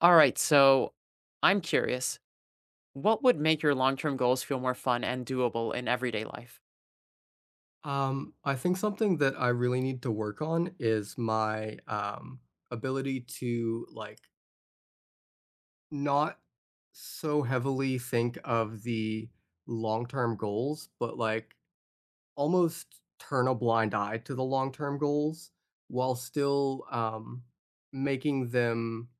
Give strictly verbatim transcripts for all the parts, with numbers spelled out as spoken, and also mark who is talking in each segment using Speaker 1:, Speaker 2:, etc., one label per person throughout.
Speaker 1: All right, so I'm curious. What would make your long-term goals feel more fun and doable in everyday life?
Speaker 2: Um, I think something that I really need to work on is my um, ability to like not so heavily think of the long term goals, but like almost turn a blind eye to the long term goals while still um, making them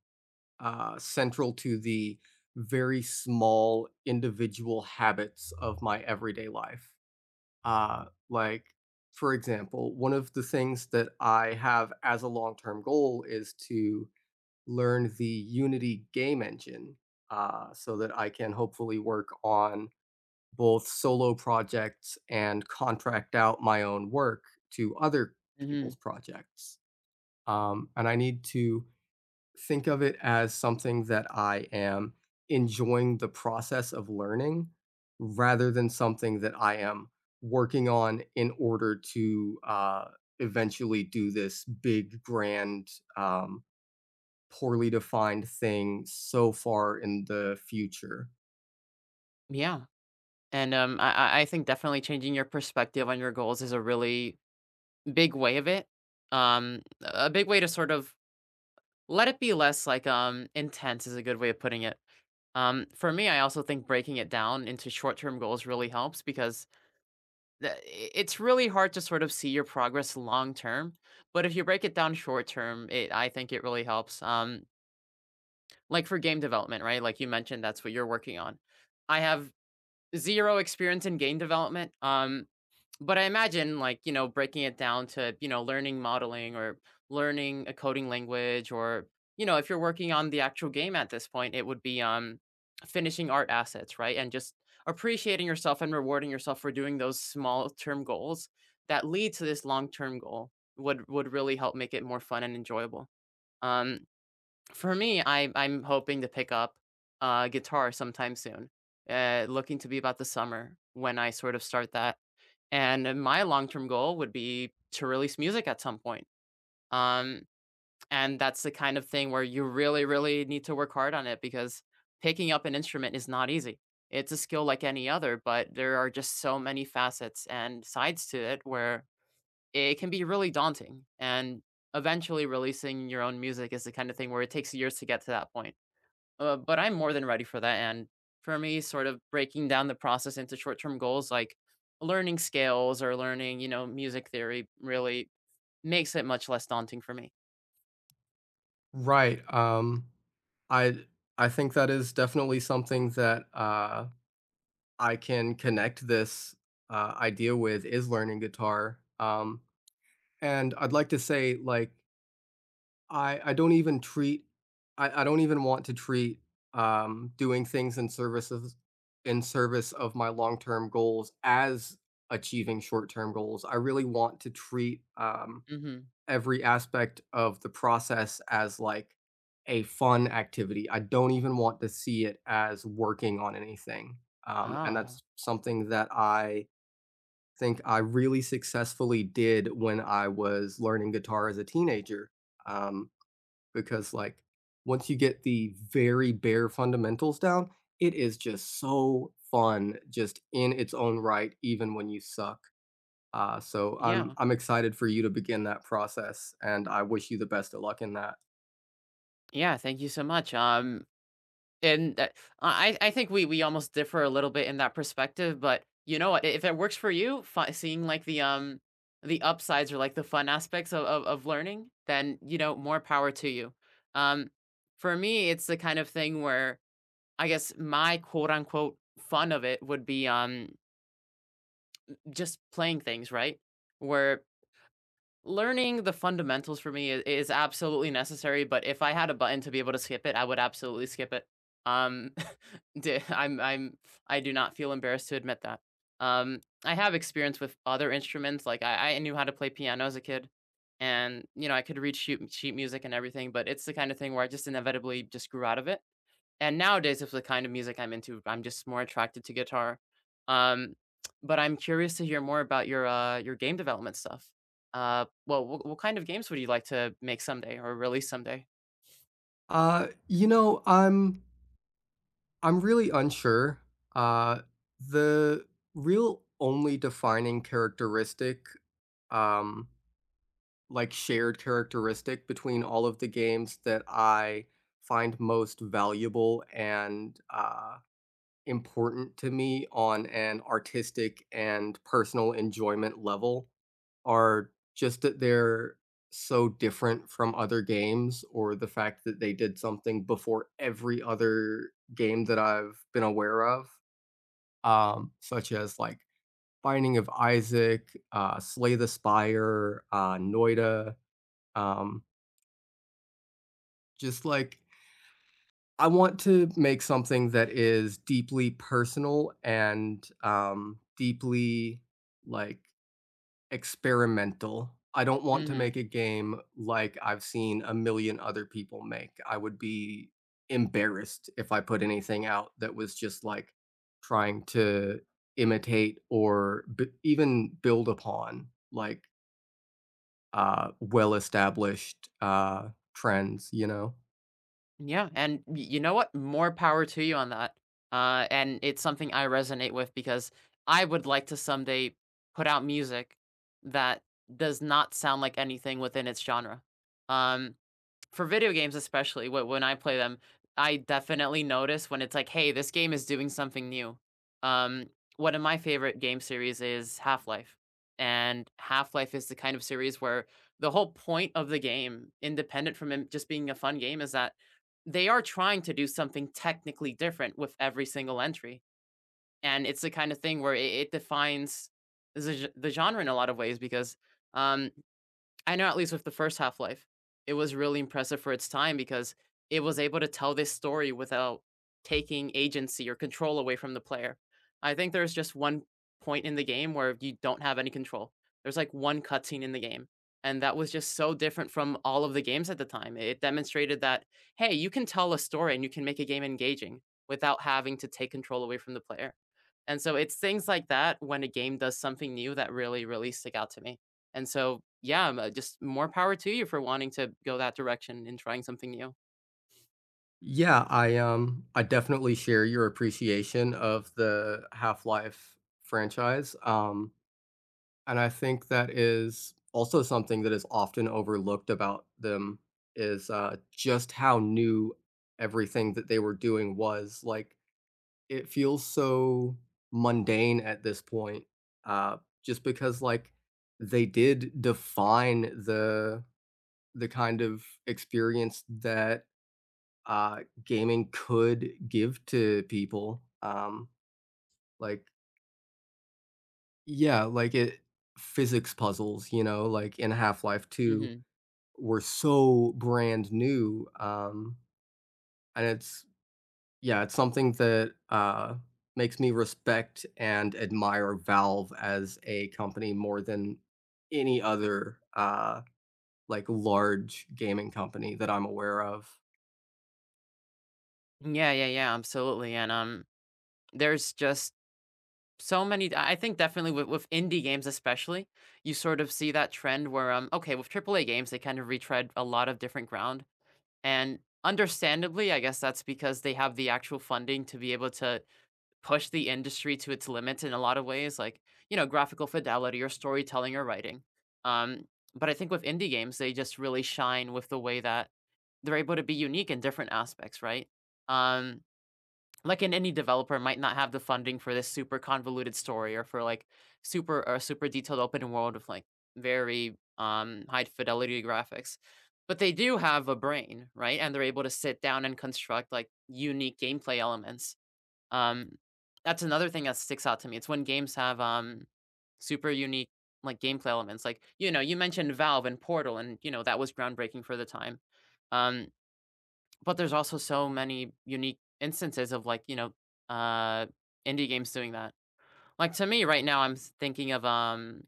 Speaker 2: uh, central to the very small individual habits of my everyday life. Uh, like, for example, one of the things that I have as a long term goal is to learn the Unity game engine uh, so that I can hopefully work on both solo projects and contract out my own work to other
Speaker 1: hmm
Speaker 2: people's projects. Um, and I need to think of it as something that I am enjoying the process of learning rather than something that I am working on in order to uh, eventually do this big, grand, um, poorly defined thing so far in the future.
Speaker 1: Yeah, and um, I I I think definitely changing your perspective on your goals is a really big way of it. Um, a big way to sort of let it be less like um intense is a good way of putting it. Um, for me, I also think breaking it down into short-term goals really helps because the- i- it's really hard to sort of see your progress long term. But if you break it down short term, it I think it really helps. Um, Like for game development, right? Like you mentioned that's what you're working on. I have zero experience in game development, um, but I imagine like, you know, breaking it down to, you know, learning modeling or learning a coding language or, you know, if you're working on the actual game at this point, it would be, um, finishing art assets, right? And just appreciating yourself and rewarding yourself for doing those small term goals that lead to this long-term goal would would really help make it more fun and enjoyable. Um for me, I I'm hoping to pick up a guitar sometime soon. Uh, looking to be about the summer when I sort of start that. And uh, my long-term goal would be to release music at some point. Um, and that's the kind of thing where you really, really need to work hard on it because picking up an instrument is not easy. It's a skill like any other, but there are just so many facets and sides to it where it can be really daunting. And eventually, releasing your own music is the kind of thing where it takes years to get to that point, uh, but I'm more than ready for that, and for me, sort of breaking down the process into short-term goals like learning scales or learning, you know, music theory really makes it much less daunting for me.
Speaker 2: Right. Um, I I think that is definitely something that, uh, I can connect this uh, idea with, is learning guitar. Um, And I'd like to say, like, I I don't even treat I I don't even want to treat, um, doing things in services in service of my long-term goals as achieving short-term goals. I really want to treat, um,
Speaker 1: Mhm.
Speaker 2: every aspect of the process as, like, a fun activity. I don't even want to see it as working on anything, um, and
Speaker 1: Ah,
Speaker 2: that's something that I think I really successfully did when I was learning guitar as a teenager. Um, because like once you get the very bare fundamentals down, it is just so fun just in its own right, even when you suck. Uh, so I'm
Speaker 1: yeah.
Speaker 2: I'm excited for you to begin that process, and I wish you the best of luck in that.
Speaker 1: Yeah, thank you so much. Um, and that I I I think we we almost differ a little bit in that perspective, but you know what? If it works for you, fi seeing like the, um, the upsides or like the fun aspects of of of learning, then, you know, more power to you. Um, for me, it's the kind of thing where I guess my quote unquote fun of it would be um just playing things, right? Where learning the fundamentals for me is, is absolutely necessary, but if I had a button to be able to skip it, I would absolutely skip it. Um d- I'm I'm I do not feel embarrassed to admit that. Um, I have experience with other instruments. Like I, I knew how to play piano as a kid, and you know I could read sheet sheet music and everything, but it's the kind of thing where I just inevitably just grew out of it, and nowadays, if the kind of music I'm into, I'm just more attracted to guitar. Um, but I'm curious to hear more about your uh, your game development stuff. Uh, well, what, what kind of games would you like to make someday or release someday?
Speaker 2: Uh, you know, I'm I'm really unsure. Uh, the real only defining characteristic, um, like shared characteristic between all of the games that I find most valuable and, uh, important to me on an artistic and personal enjoyment level, are just that they're so different from other games, or the fact that they did something before every other game that I've been aware of, um, such as like Binding of Isaac, uh, Slay the Spire, uh, Noida. Um, Just like I want to make something that is deeply personal and, um, deeply, like, experimental. I don't want to
Speaker 1: hmm
Speaker 2: make a game like I've seen a million other people make. I would be embarrassed if I put anything out that was just, like, trying to imitate or b even build upon, like, uh, well-established, uh, trends, you know?
Speaker 1: Yeah, and y- you know what? More power to you on that. Uh, and it's something I resonate with because I would like to someday put out music that does not sound like anything within its genre. Um, for video games especially, wh when I play them, I definitely notice when it's like, "Hey, this game is doing something new." Um, one of my favorite game series is Half-Life, and Half-Life is the kind of series where the whole point of the game, independent from it just being a fun game, is that they are trying to do something technically different with every single entry, and it's the kind of thing where it it defines the ge the genre in a lot of ways because, um, I know at least with the first Half-Life, it was really impressive for its time because it was able to tell this story without taking agency or control away from the player. I think there's just one point in the game where you don't have any control. There's like one cutscene in the game, and that was just so different from all of the games at the time. It demonstrated that, hey, you can tell a story and you can make a game engaging without having to take control away from the player. And so it's things like that when a game does something new that really, really stick out to me. And so, yeah, m- uh, just more power to you for wanting to go that direction and trying something new.
Speaker 2: Yeah, I, um, I definitely share your appreciation of the Half-Life franchise, um, and I think that is also something that is often overlooked about them is, uh, just how new everything that they were doing was, like, it feels so mundane at this point, uh, just because, like, they did define the the kind of experience that uh, gaming could give to people. Um, like, yeah, like it physics puzzles, you know, like in Half-Life two
Speaker 1: hmm
Speaker 2: were so brand new. Um, and it's yeah, it's something that uh makes me respect and admire Valve as a company more than any other uh like large gaming company that I'm aware of.
Speaker 1: Yeah, yeah, yeah, absolutely. And um, there's just so many. I I think definitely with, with indie games, especially, you sort of see that trend where um, okay, with triple A games, they kind of retread a lot of different ground, and understandably, I guess that's because they have the actual funding to be able to push the industry to its limits in a lot of ways, like, you know, graphical fidelity or storytelling or writing. Um, but I think with indie games, they just really shine with the way that they're able to be unique in different aspects, right? Um, like an indie developer might not have the funding for this super convoluted story or for like super or super detailed open world with like very um high fidelity graphics. But they do have a brain, right? And they're able to sit down and construct like unique gameplay elements, um, that's another thing that sticks out to me. It's when games have, um, super unique, like, gameplay elements. Like, you know, you mentioned Valve and Portal, and, you know, that was groundbreaking for the time. Um, but there's also so many unique instances of, like, you know, uh, indie games doing that. Like, to me right now, I'm s thinking of, um,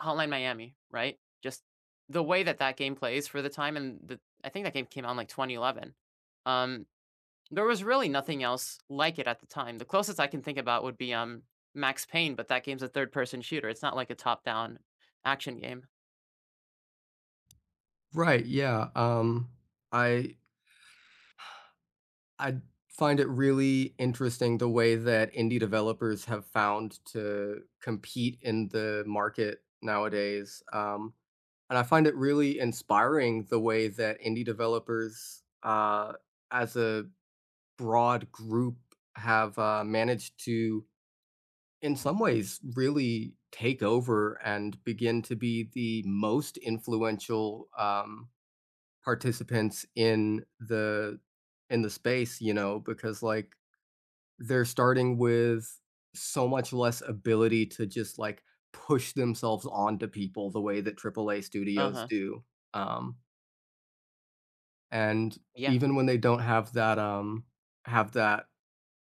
Speaker 1: Hotline Miami, right? Just the way that that game plays for the time and the I think that game came out in, like, twenty eleven. Um there was really nothing else like it at the time. The closest I can think about would be um Max Payne, but that game's a third person shooter. It's not like a top down action game.
Speaker 2: Right, yeah. Um I I find it really interesting the way that indie developers have found to compete in the market nowadays. Um, and I find it really inspiring the way that indie developers, uh, as a broad group, have uh, managed to, in some ways, really take over and begin to be the most influential, um, participants in the in the space. You know, because like they're starting with so much less ability to just, like, push themselves onto people the way that triple A studios
Speaker 1: Uh-huh.
Speaker 2: do, um, and
Speaker 1: Yeah.
Speaker 2: even when they don't have that, um have that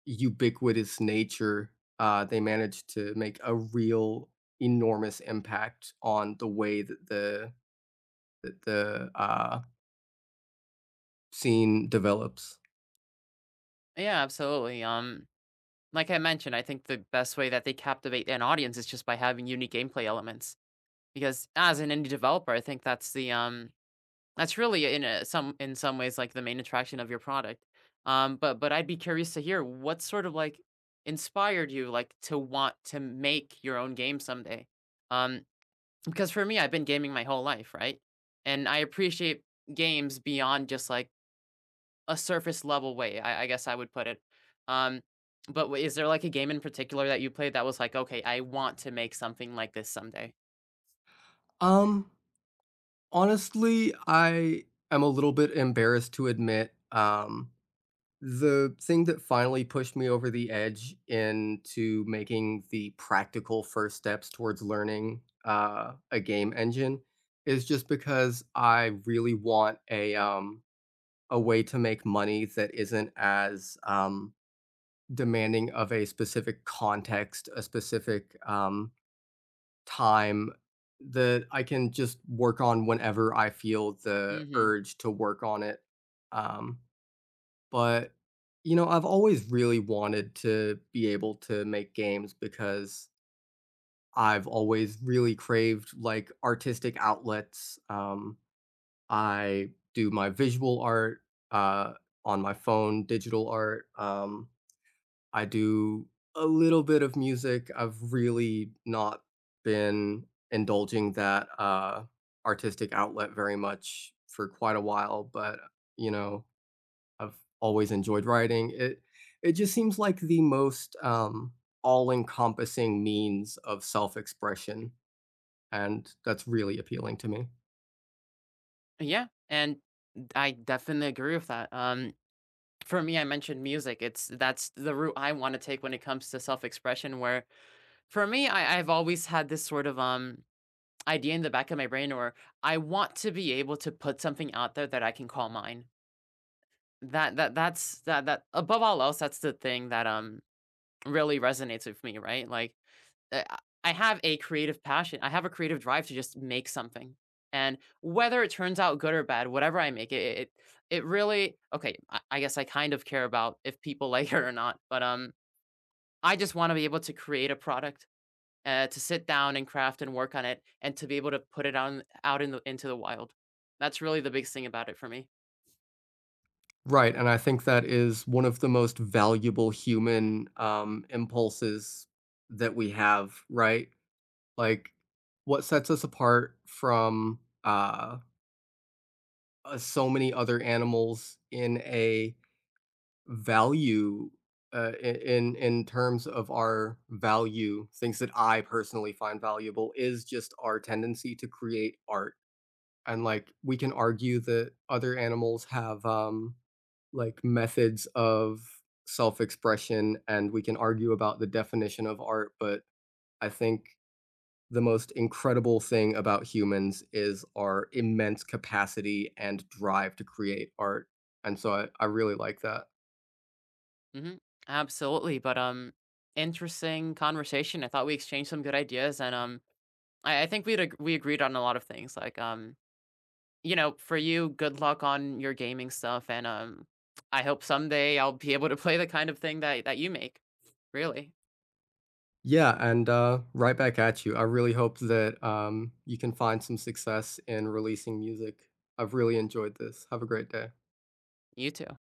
Speaker 2: ubiquitous nature, uh, they manage to make a real enormous impact on the way that the that the, uh, scene develops.
Speaker 1: Yeah, absolutely. Um, like I mentioned, I think the best way that they captivate an audience is just by having unique gameplay elements. Because as an indie developer, I think that's the um that's really in a some in some ways, like, the main attraction of your product. Um, but but I'd be curious to hear what sort of, like, inspired you, like, to want to make your own game someday? Um, because for me, I've been gaming my whole life, right? And I appreciate games beyond just, like, a surface level way, I I guess I would put it. Um, but w is there, like, a game in particular that you played that was like, "Okay, I want to make something like this someday?"
Speaker 2: Um, Honestly, I am a little bit embarrassed to admit, um, the thing that finally pushed me over the edge into making the practical first steps towards learning, uh, a game engine is just because I really want a, um, a way to make money that isn't as, um, demanding of a specific context, a specific, um, time, that I can just work on whenever I feel the
Speaker 1: Mhm.
Speaker 2: urge to work on it. Um but, you know, I've always really wanted to be able to make games because I've always really craved, like, artistic outlets. Um, I do my visual art, uh, on my phone, digital art. Um, I do a little bit of music. I've really not been indulging that, uh, artistic outlet very much for quite a while, but, you know, I've always enjoyed writing. It it just seems like the most, um, all-encompassing means of self-expression, and that's really appealing to me.
Speaker 1: Yeah, and I definitely agree with that. Um, for me, I mentioned music. It's That's the route I want to take when it comes to self-expression. Where for me, I, I've always had this sort of um idea in the back of my brain, or I want to be able to put something out there that I can call mine. That that that's that that above all else, that's the thing that um really resonates with me, right? Like Uh, I have a creative passion. I have a creative drive to just make something. And whether it turns out good or bad, whatever I make, it it, it really okay. I, I guess I kind of care about if people like it or not, but um, I just want to be able to create a product, uh, to sit down and craft and work on it, and to be able to put it on out in the into the wild. That's really the biggest thing about it for me.
Speaker 2: Right, and I think that is one of the most valuable human, um, impulses that we have, right? Like, what sets us apart from, uh, uh, so many other animals in a value, uh, I in in terms of our value, things that I personally find valuable is just our tendency to create art, and, like, we can argue that other animals have, um, like, methods of self-expression, and we can argue about the definition of art, but I think the most incredible thing about humans is our immense capacity and drive to create art, and so I I really like that.
Speaker 1: hmm Absolutely, but um, interesting conversation. I thought we exchanged some good ideas, and um, I, I think we we agreed on a lot of things, like um, you know, for you, good luck on your gaming stuff, and, um, I hope someday I'll be able to play the kind of thing that that you make. Really,
Speaker 2: Yeah, and uh, right back at you. I really hope that, um, you can find some success in releasing music. I've really enjoyed this. Have a great day.
Speaker 1: you too.